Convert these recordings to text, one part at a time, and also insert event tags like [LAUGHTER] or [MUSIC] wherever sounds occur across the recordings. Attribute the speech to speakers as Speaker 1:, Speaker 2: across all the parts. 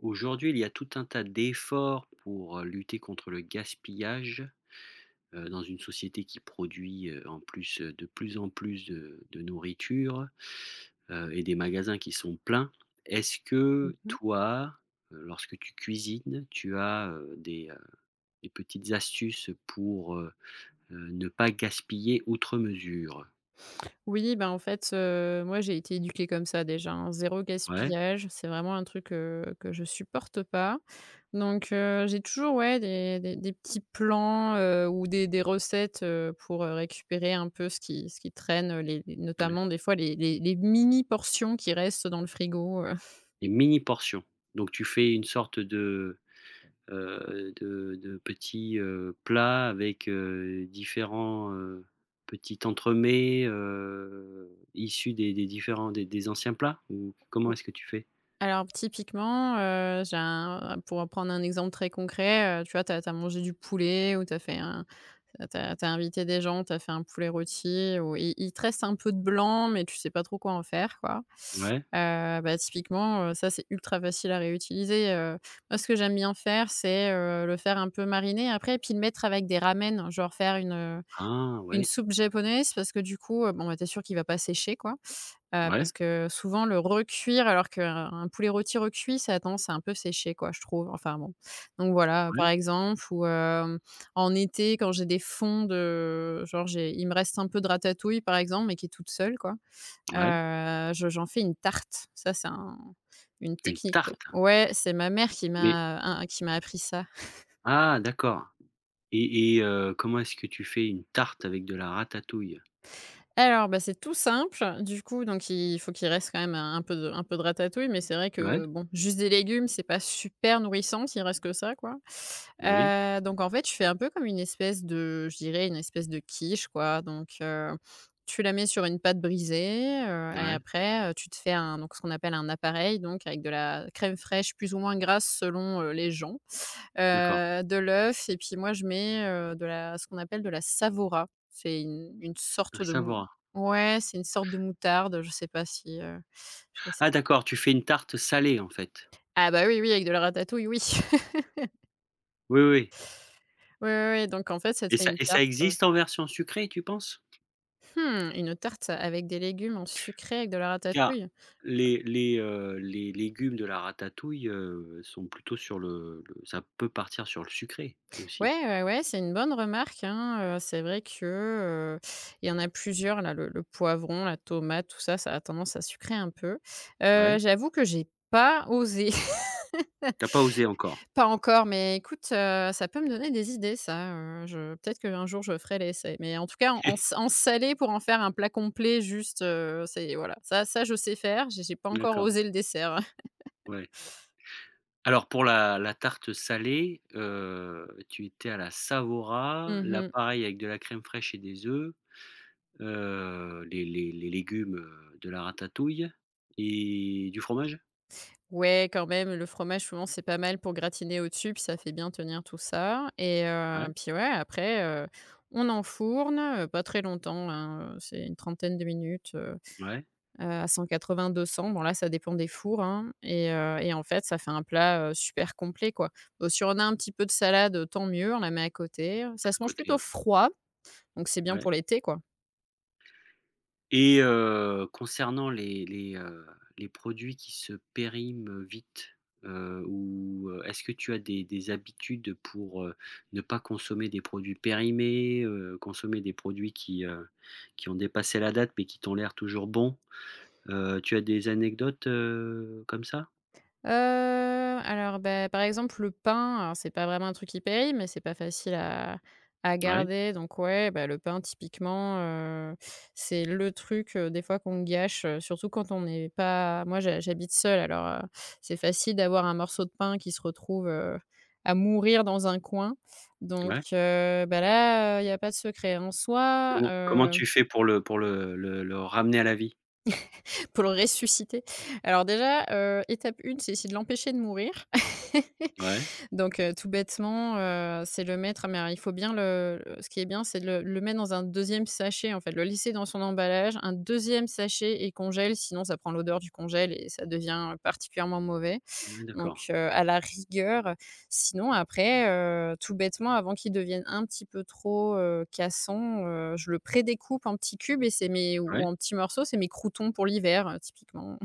Speaker 1: Aujourd'hui, il y a tout un tas d'efforts pour, lutter contre le gaspillage, dans une société qui produit, en plus, de plus en plus de nourriture, et des magasins qui sont pleins. Est-ce
Speaker 2: Mmh
Speaker 1: que
Speaker 2: mh.
Speaker 1: toi, lorsque tu cuisines, tu as, des petites astuces pour, ne pas gaspiller outre mesure?
Speaker 2: Oui, ben, en fait, moi j'ai été éduquée comme ça déjà, hein, 0
Speaker 1: Ouais,
Speaker 2: gaspillage. C'est vraiment un truc, que je supporte pas. Donc j'ai toujours, ouais, des petits plans, ou des recettes, pour, récupérer un peu ce qui traîne, les
Speaker 1: ouais,
Speaker 2: notamment des fois les mini portions qui restent dans le frigo.
Speaker 1: des mini portions. Donc tu fais une sorte de de petits, plats avec, différents, petits entremets, issus des différents des anciens plats? Ou comment est-ce que tu fais?
Speaker 2: Alors typiquement, j'ai un pour prendre un exemple très concret, tu vois, t'as as mangé du poulet ou t'as fait un tu as invité des gens, t'as fait un poulet rôti ou il te reste un peu de blanc, mais tu sais pas trop quoi en faire, quoi.
Speaker 1: Ouais.
Speaker 2: Bah, typiquement, ça, c'est ultra facile à réutiliser. Moi, ce que j'aime bien faire, c'est, le faire un peu mariner après et puis le mettre avec des ramen, genre faire une,
Speaker 1: Ah
Speaker 2: une
Speaker 1: ouais,
Speaker 2: soupe japonaise parce que du coup, bon, bah, tu sûr qu'il va pas sécher, quoi. Heu,
Speaker 1: ouais,
Speaker 2: parce que souvent le recuire alors qu'un poulet rôti recuit, ça a tendance à un peu sécher quoi, je trouve. Enfin bon, donc voilà, par
Speaker 1: ouais,
Speaker 2: exemple ou en été quand j'ai des fonds de genre j'ai il me reste un peu de ratatouille par exemple, mais qui est toute seule quoi,
Speaker 1: ouais.
Speaker 2: je j'en fais une tarte. Ça c'est un une
Speaker 1: Une
Speaker 2: technique.
Speaker 1: tarte?
Speaker 2: Ouais, c'est ma mère qui
Speaker 1: Mais
Speaker 2: m'a un qui m'a appris ça.
Speaker 1: ah d'accord. Et comment est-ce que tu fais une tarte avec de la ratatouille?
Speaker 2: Alors, bah, c'est tout simple. Du coup, donc il faut qu'il reste quand même un peu de ratatouille, mais c'est vrai
Speaker 1: Ouais,
Speaker 2: que, bon, juste des légumes, c'est pas super nourrissant s'il reste que ça, quoi.
Speaker 1: oui,
Speaker 2: Donc en fait, je fais un peu comme une espèce de je dirais une espèce de quiche, quoi. Donc, tu la mets sur une pâte brisée, et
Speaker 1: ouais,
Speaker 2: après, tu te fais un donc ce qu'on appelle un appareil, donc avec de la crème fraîche plus ou moins grasse selon, les gens.
Speaker 1: d'accord,
Speaker 2: De l'œuf et puis moi je mets, de la ce qu'on appelle de la savoura. C'est une
Speaker 1: un
Speaker 2: sorte de mou.
Speaker 1: Savoie.
Speaker 2: Ouais, c'est une sorte de moutarde, je sais pas si, je sais.
Speaker 1: Ah d'accord, tu fais une tarte salée en fait?
Speaker 2: Ah bah, oui, oui, avec de la ratatouille, oui. [LAUGHS]
Speaker 1: Oui, oui.
Speaker 2: Oui, oui, oui, donc en fait, ça te
Speaker 1: et
Speaker 2: fait
Speaker 1: ça
Speaker 2: une
Speaker 1: et ça
Speaker 2: tarte,
Speaker 1: existe en version sucrée, tu penses?
Speaker 2: mmh, une tarte avec des légumes en sucré avec de la
Speaker 1: Car
Speaker 2: ratatouille.
Speaker 1: les les légumes de la ratatouille, sont plutôt sur le ça peut partir sur le sucré aussi.
Speaker 2: Ouais, ouais, ouais, c'est une bonne remarque, hein, c'est vrai que, heu, il y en a plusieurs là, le poivron, la tomate, tout ça, ça a tendance à sucrer un peu.
Speaker 1: Ouais?
Speaker 2: J'avoue que j'ai pas osé.
Speaker 1: T'as pas osé encore?
Speaker 2: Pas encore, mais écoute, ça peut me donner des idées ça, je peut-être qu'un jour je ferai l'essai. Mais en tout cas, en en
Speaker 1: [LAUGHS]
Speaker 2: s en salé pour en faire un plat complet juste, c'est voilà, ça je sais faire, j'ai pas encore
Speaker 1: D'accord,
Speaker 2: osé le dessert. [LAUGHS]
Speaker 1: ouais. Alors pour la tarte salée, tu étais à la Savoura, là
Speaker 2: Mmh.
Speaker 1: pareil avec de la crème fraîche et des œufs, les légumes, de la ratatouille et du fromage?
Speaker 2: Ouais, quand même, le fromage souvent c'est pas mal pour gratiner au-dessus, puis ça fait bien tenir tout ça et
Speaker 1: Ouais,
Speaker 2: puis ouais après, on enfourne, pas très longtemps, hein, c'est une trentaine de minutes,
Speaker 1: ouais,
Speaker 2: à 180-200. Bon là, ça dépend des fours, hein et en fait, ça fait un plat, super complet, quoi. Si on a un petit peu de salade, tant mieux, on la met à côté. Ça
Speaker 1: à
Speaker 2: se mange
Speaker 1: côté,
Speaker 2: plutôt
Speaker 1: ouais.
Speaker 2: froid, donc c'est bien
Speaker 1: Ouais.
Speaker 2: pour l'été, quoi.
Speaker 1: Et concernant les produits qui se périment vite, ou est-ce que tu as des habitudes pour, ne pas consommer des produits périmés, consommer des produits qui ont dépassé la date mais qui t'ont l'air toujours bons? Tu as des anecdotes, comme ça?
Speaker 2: Heu, alors, bah, par exemple, le pain, alors c'est pas vraiment un truc qui périt, mais c'est pas facile à
Speaker 1: Ouais,
Speaker 2: garder donc ouais, bah, le pain typiquement, c'est le truc, des fois qu'on gâche, surtout quand on est pas. Moi, j'habite seule alors, c'est facile d'avoir un morceau de pain qui se retrouve, à mourir dans un coin donc
Speaker 1: ouais.
Speaker 2: bah, là, il y a pas de secret en soi,
Speaker 1: Comment comment
Speaker 2: heu,
Speaker 1: tu fais pour le pour le ramener à la vie?
Speaker 2: [LAUGHS] Pour le ressusciter. Alors déjà, étape une, c'est essayer de l'empêcher de mourir.
Speaker 1: Ouais.
Speaker 2: [LAUGHS] Donc tout bêtement, c'est le mettre mais il faut bien ce qui est bien, c'est de le mettre dans un deuxième sachet, en fait, le laisser dans son emballage, un deuxième sachet et congèle, sinon ça prend l'odeur du congèle et ça devient particulièrement mauvais.
Speaker 1: Ouais, d'accord.
Speaker 2: Donc à la rigueur, sinon après, tout bêtement, avant qu'il devienne un petit peu trop, cassant, je le prédécoupe en petits cubes et c'est mes ou
Speaker 1: Ouais.
Speaker 2: en petits morceaux, c'est mes croûtons pour l'hiver, typiquement.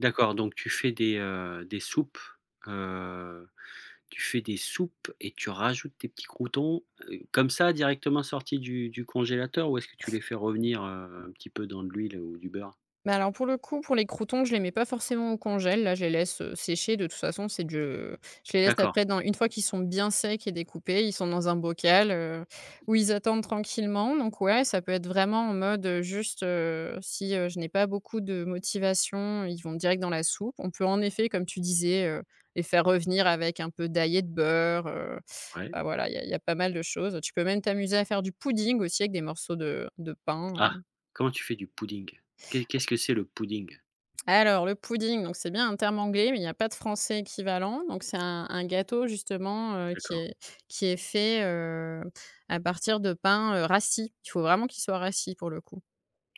Speaker 1: D'accord, donc tu fais des soupes, heu, tu fais des soupes et tu rajoutes tes petits croûtons, comme ça directement sortis du congélateur, ou est-ce que tu les fais revenir, un petit peu dans de l'huile ou du beurre?
Speaker 2: Mais alors pour le coup, pour les croûtons, je les mets pas forcément au congèle. Là, je les laisse, sécher. De toute façon, c'est du je les laisse
Speaker 1: D'accord,
Speaker 2: après dans une fois qu'ils sont bien secs et découpés, ils sont dans un bocal, où ils attendent tranquillement. Donc ouais, ça peut être vraiment en mode, juste, si, je n'ai pas beaucoup de motivation, ils vont direct dans la soupe. On peut en effet, comme tu disais, les faire revenir avec un peu d'ail et de beurre,
Speaker 1: ouais.
Speaker 2: enfin voilà, il y a pas mal de choses. Tu peux même t'amuser à faire du pudding aussi avec des morceaux de pain.
Speaker 1: Ah! Comment tu fais du pudding? Qu'est-ce que c'est le pudding?
Speaker 2: Alors le pudding, donc c'est bien un terme anglais, mais il n'y a pas de français équivalent. Donc c'est un gâteau justement, qui
Speaker 1: D'accord,
Speaker 2: est qui est fait, à partir de pain, rassis. Il faut vraiment qu'il soit rassis pour le coup.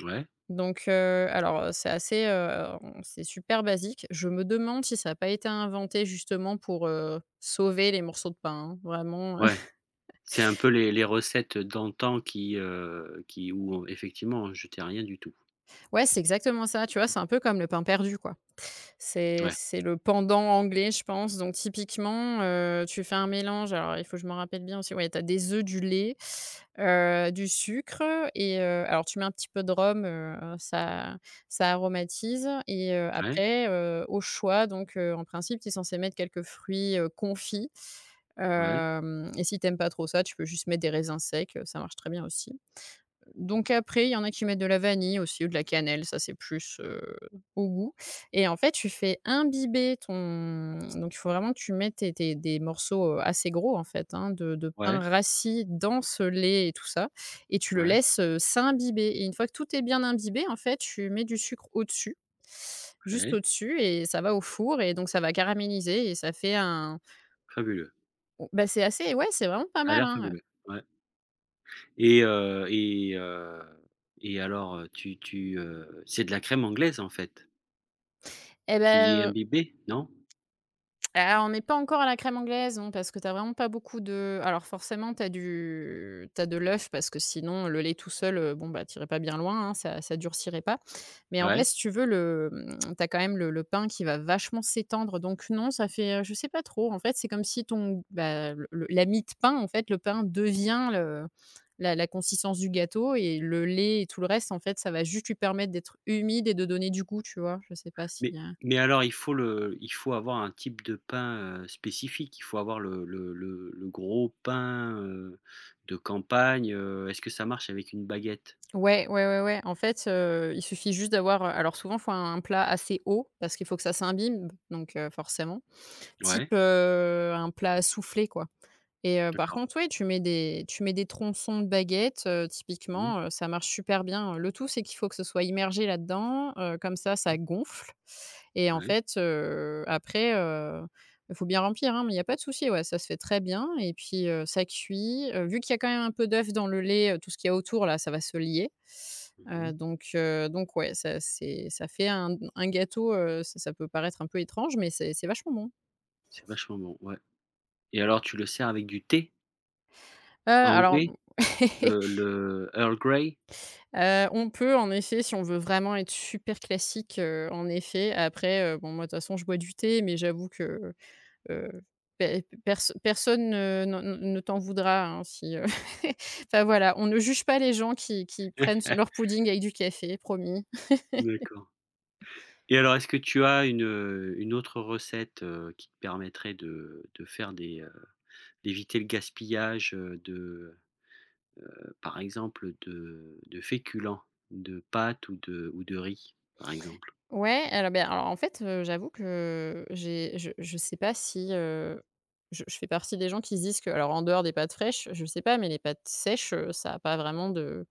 Speaker 1: ouais,
Speaker 2: Donc, alors, c'est super basique. Je me demande si ça n'a pas été inventé justement pour, sauver les morceaux de pain, hein. Vraiment,
Speaker 1: ouais. C'est un peu les recettes d'antan qui où effectivement je t'ai rien du tout.
Speaker 2: [LAUGHS] ouais, c'est exactement ça, tu vois? C'est un peu comme le pain perdu, quoi. C'est
Speaker 1: Ouais,
Speaker 2: c'est le pendant anglais, je pense. Donc typiquement, tu fais un mélange alors il faut que je me rappelle bien aussi, ouais, tu as des œufs, du lait, du sucre et alors tu mets un petit peu de rhum, ça aromatise et
Speaker 1: ouais,
Speaker 2: après, au choix donc en principe, tu es censé mettre quelques fruits, confits,
Speaker 1: ouais,
Speaker 2: hem et si tu aimes pas trop ça, tu peux juste mettre des raisins secs, ça marche très bien aussi. Donc après, il y en a qui mettent de la vanille aussi ou de la cannelle, ça c'est plus, au goût et en fait, tu fais imbiber ton donc il faut vraiment que tu mettes tes tes des morceaux, assez gros, en fait, hein, de
Speaker 1: ouais,
Speaker 2: pain rassis dans ce lait et tout ça et tu le
Speaker 1: ouais,
Speaker 2: laisses, s'imbiber et une fois que tout est bien imbibé, en fait, tu mets du sucre au-dessus, juste
Speaker 1: ouais,
Speaker 2: au-dessus et ça va au four et donc ça va caraméliser et ça fait un.
Speaker 1: fabuleux.
Speaker 2: Oh, bah, c'est assez ouais, c'est vraiment pas
Speaker 1: Ça a
Speaker 2: mal,
Speaker 1: l'air
Speaker 2: hein,
Speaker 1: fabuleux, ouais. Et heu et heu et alors, tu c'est de la crème anglaise, en fait,
Speaker 2: et
Speaker 1: qui est
Speaker 2: bah,
Speaker 1: imbibée, non?
Speaker 2: ah, on n'est pas encore à la crème anglaise, non, parce que tu as vraiment pas beaucoup de, alors forcément tu as du t'as de l'œuf parce que sinon le lait tout seul, bon, bah, t'irais pas bien loin, hein, ça durcirait pas. Mais en fait,
Speaker 1: Ouais,
Speaker 2: si tu veux tu as quand même le pain qui va vachement s'étendre donc non, ça fait, je sais pas trop. En fait, c'est comme si ton bah, le la mie de pain, en fait, le pain devient le la la consistance du gâteau et le lait et tout le reste, en fait, ça va juste lui permettre d'être humide et de donner du goût, tu vois? Je sais pas si,
Speaker 1: mais alors il faut le. Il faut avoir un type de pain, spécifique, il faut avoir le gros pain, de campagne, est-ce que ça marche avec une baguette?
Speaker 2: ouais, ouais, ouais, ouais. En fait, il suffit juste d'avoir, alors souvent, faut un plat assez haut parce qu'il faut que ça s'imbibe donc forcément.
Speaker 1: Ouais,
Speaker 2: Type, un plat soufflé, quoi. Et par
Speaker 1: d'accord.
Speaker 2: contre, oui, tu mets des tronçons de baguettes,
Speaker 1: Mmh mh,
Speaker 2: typiquement, ça marche super bien. Le tout, c'est qu'il faut que ce soit immergé là-dedans, comme ça,
Speaker 1: mmh,
Speaker 2: ça gonfle et en
Speaker 1: ouais,
Speaker 2: fait, après, il faut bien remplir, hein, mais il y a pas de souci, ouais, ça se fait très bien et puis, ça cuit, vu qu'il y a quand même un peu d'œuf dans le lait, tout ce qu'il y a autour là, ça va se lier,
Speaker 1: mmh mmh.
Speaker 2: donc ouais, ça fait un gâteau, ça peut paraître un peu étrange, mais c'est vachement bon.
Speaker 1: C'est vachement bon, ouais, et alors tu le sers avec du thé
Speaker 2: Alors.
Speaker 1: anglais?
Speaker 2: [LAUGHS]
Speaker 1: Le Earl Grey?
Speaker 2: On peut en effet, si on veut vraiment être super classique, en effet. Après, bon moi de toute façon je bois du thé, mais j'avoue que, heu, pe perso personne ne t'en voudra, hein, si, [LAUGHS] enfin voilà, on ne juge pas les gens qui prennent leur
Speaker 1: [LAUGHS]
Speaker 2: pudding avec du café, promis.
Speaker 1: D'accord. Et alors, est-ce que tu as une autre recette, qui te permettrait de faire des, d'éviter le gaspillage, par exemple, de féculents, de pâtes ou de riz, par exemple?
Speaker 2: Ouais, alors, ben, alors, en fait, j'avoue que j'ai je sais pas si, heu, je fais partie des gens qui se disent que alors en dehors des pâtes fraîches, je sais pas, mais les pâtes sèches, ça a pas vraiment de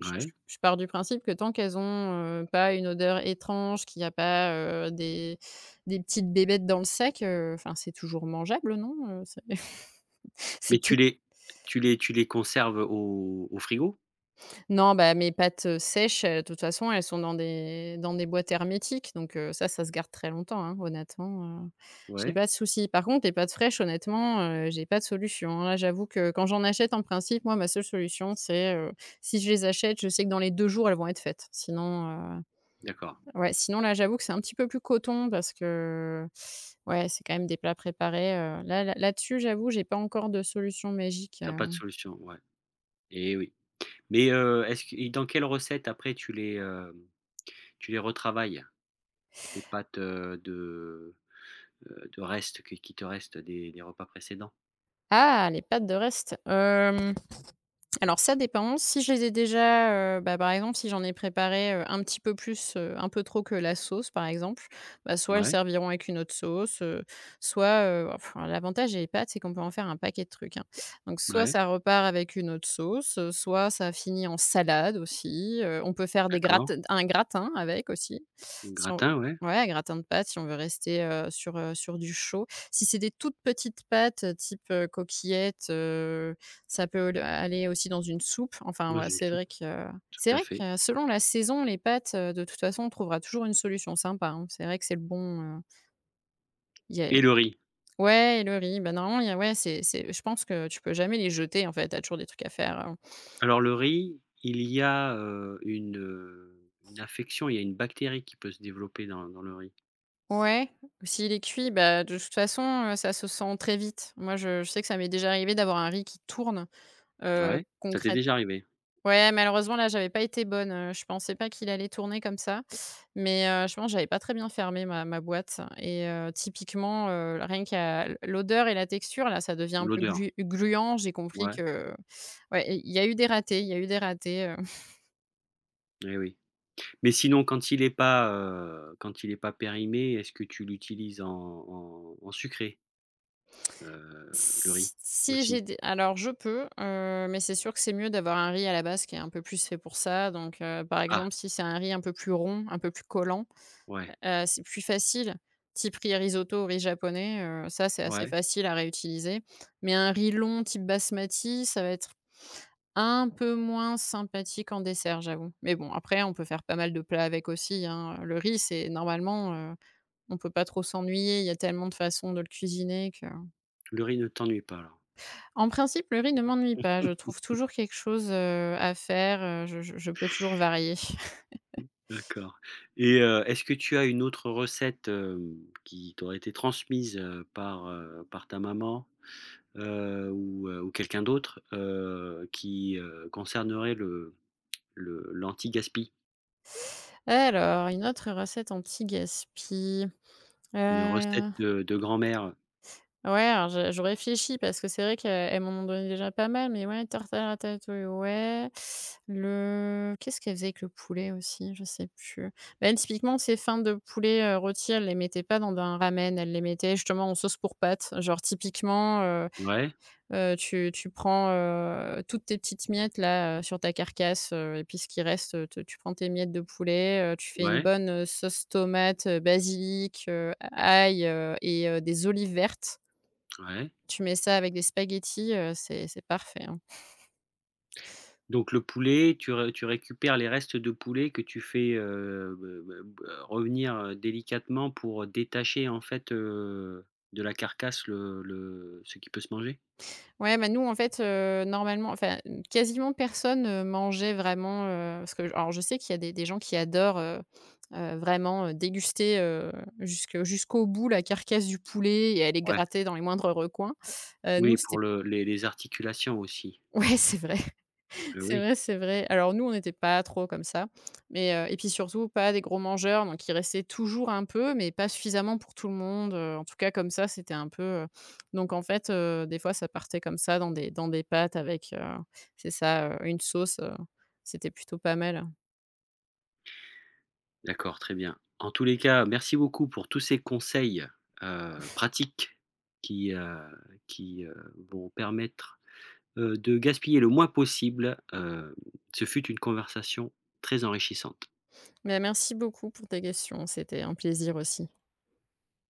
Speaker 2: je je
Speaker 1: Ouais.
Speaker 2: je pars du principe que tant qu'elles ont, pas une odeur étrange, qu'il y a pas, des petites bébêtes dans le sac, enfin c'est toujours mangeable, non? C'est [LAUGHS]
Speaker 1: Mais
Speaker 2: c'est
Speaker 1: tu les. Tu les conserves au au frigo?
Speaker 2: non, bah, mes pâtes, sèches, de toute façon, elles sont dans des boîtes hermétiques, donc ça, ça se garde très longtemps, hein, honnêtement, j'ai
Speaker 1: Ouais,
Speaker 2: pas de souci. Par contre, les pâtes fraîches, honnêtement, j'ai pas de solution, hein. Là, j'avoue que quand j'en achète, en principe, moi, ma seule solution, c'est si je les achète, je sais que dans les 2 jours, elles vont être faites. Sinon,
Speaker 1: d'accord.
Speaker 2: ouais, sinon, là, j'avoue que c'est un petit peu plus coton parce que, ouais, c'est quand même des plats préparés, là là là-dessus, j'avoue, j'ai pas encore de solution magique,
Speaker 1: T'as pas de
Speaker 2: heu.
Speaker 1: solution, ouais. Et oui. Mais, est-ce que et dans quelle recette après tu les, tu les retravailles? Tes pâtes, de restes qui te restent des repas précédents?
Speaker 2: Ah, les pâtes de reste, hem. Alors ça dépend. Si je les ai déjà, bah, par exemple, si j'en ai préparé, un petit peu plus, un peu trop que la sauce, par exemple, bah, soit elles
Speaker 1: Ouais,
Speaker 2: serviront avec une autre sauce, soit, enfin, l'avantage des pâtes, c'est qu'on peut en faire un paquet de trucs, hein. Donc soit
Speaker 1: ouais,
Speaker 2: ça repart avec une autre sauce, soit ça finit en salade aussi, on peut faire des
Speaker 1: d'accord.
Speaker 2: grate un gratin avec aussi,
Speaker 1: Un
Speaker 2: si on
Speaker 1: Gratin, ouais.
Speaker 2: ouais, un gratin de pâtes si on veut rester, sur du chaud. Si c'est des toutes petites pâtes, type, coquillettes, ça peut le aller aussi dans une soupe. Enfin,
Speaker 1: Dans
Speaker 2: ouais,
Speaker 1: une soupe,
Speaker 2: c'est
Speaker 1: tout à
Speaker 2: vrai
Speaker 1: fait.
Speaker 2: que selon la saison, les pâtes, de toute façon, on trouvera toujours une solution sympa, hein. C'est vrai que c'est le bon, il y a
Speaker 1: Et le riz?
Speaker 2: ouais et le riz, bah, normalement, il y a ouais, c'est je pense que tu peux jamais les jeter, en fait, t'as toujours des trucs à faire, heu.
Speaker 1: Alors le riz, il y a, une affection, il y a une bactérie qui peut se développer dans dans le riz.
Speaker 2: Ouais, s'il est cuit, bah, de toute façon, ça se sent très vite. Moi, je sais que ça m'est déjà arrivé d'avoir un riz qui tourne,
Speaker 1: Ouais, ça t'est
Speaker 2: concrètement.
Speaker 1: déjà arrivé?
Speaker 2: Ouais, malheureusement, là, j'avais pas été bonne, je pensais pas qu'il allait tourner comme ça, mais je pense que j'avais pas très bien fermé ma boîte et typiquement, rien qu'à l'odeur et la texture, là, ça devient un peu
Speaker 1: L'odeur?
Speaker 2: gluant. J'ai compris
Speaker 1: Ouais,
Speaker 2: que ouais, il y a eu des ratés, il y a eu des ratés.
Speaker 1: eh oui. Mais sinon quand il n'est pas, quand il est pas périmé, est-ce que tu l'utilises en en sucré,
Speaker 2: [LAUGHS]
Speaker 1: le riz,
Speaker 2: Si si j'ai
Speaker 1: aussi?
Speaker 2: des alors je peux, mais c'est sûr que c'est mieux d'avoir un riz à la base qui est un peu plus fait pour ça, donc par
Speaker 1: Ah,
Speaker 2: exemple, si c'est un riz un peu plus rond, un peu plus collant,
Speaker 1: ouais,
Speaker 2: C'est plus facile, type riz risotto, riz japonais, ça c'est assez
Speaker 1: ouais.
Speaker 2: facile à réutiliser. Mais un riz long type basmati, ça va être un peu moins sympathique en dessert, j'avoue. Mais bon, après on peut faire pas mal de plats avec aussi, hein. Le riz, c'est normalement, on peut pas trop s'ennuyer, il y a tellement de façons de le cuisiner que
Speaker 1: Le riz ne t'ennuie pas alors?
Speaker 2: en principe, le riz ne m'ennuie pas, je trouve toujours quelque chose, à faire, heu, je peux toujours varier.
Speaker 1: D'accord. Et est-ce que tu as une autre recette, qui t'aurait été transmise, par ta maman, ou quelqu'un d'autre, qui, concernerait le l'anti-gaspi?
Speaker 2: [LAUGHS] Alors, une autre recette anti-gaspi, heu.
Speaker 1: Une recette de grand-mère?
Speaker 2: Ouais, alors je réfléchis parce que c'est vrai qu'elles m'en ont donné déjà pas mal, mais ouais, tarte à la ratatouille, ouais. Le qu'est-ce qu'elle faisait avec le poulet aussi? Je sais plus. Ben, typiquement, ces fins de poulet, rôti, elle les mettait pas dans un ramen, elle les mettait justement en sauce pour pâtes. Genre typiquement, heu
Speaker 1: Ouais,
Speaker 2: heu, tu tu prends, toutes tes petites miettes là, sur ta carcasse, et puis ce qui reste, te tu prends tes miettes de poulet, tu fais une
Speaker 1: ouais,
Speaker 2: bonne, sauce tomate, basilic, ail, et des olives vertes.
Speaker 1: ouais.
Speaker 2: Tu mets ça avec des spaghettis, c'est parfait, hein.
Speaker 1: Donc le poulet, tu récupères les restes de poulet que tu fais, be b revenir, délicatement pour détacher en fait, de la carcasse le ce qui peut se manger?
Speaker 2: Ouais, bah, nous, en fait, normalement, enfin, quasiment personne, mangeait vraiment, parce que alors je sais qu'il y a des gens qui adorent, vraiment, déguster, jusque jusqu'au bout la carcasse du poulet et aller
Speaker 1: Ouais.
Speaker 2: gratter dans les moindres recoins. Nous,
Speaker 1: Oui, pour
Speaker 2: c'était
Speaker 1: le les articulations aussi.
Speaker 2: [LAUGHS] ouais, c'est vrai. C'est
Speaker 1: Oui,
Speaker 2: vrai, c'est vrai. Alors nous, on n'était pas trop comme ça, mais et puis surtout pas des gros mangeurs, donc il restait toujours un peu, mais pas suffisamment pour tout le monde, en tout cas comme ça, c'était un peu, donc en fait, des fois, ça partait comme ça dans des pâtes avec, c'est ça, une sauce, c'était plutôt pas mal.
Speaker 1: d'accord, très bien. En tous les cas, merci beaucoup pour tous ces conseils, pratiques qui, qui, heu, vont permettre, de gaspiller le moins possible. Ce fut une conversation très enrichissante.
Speaker 2: Mais merci beaucoup pour tes questions, c'était un plaisir aussi.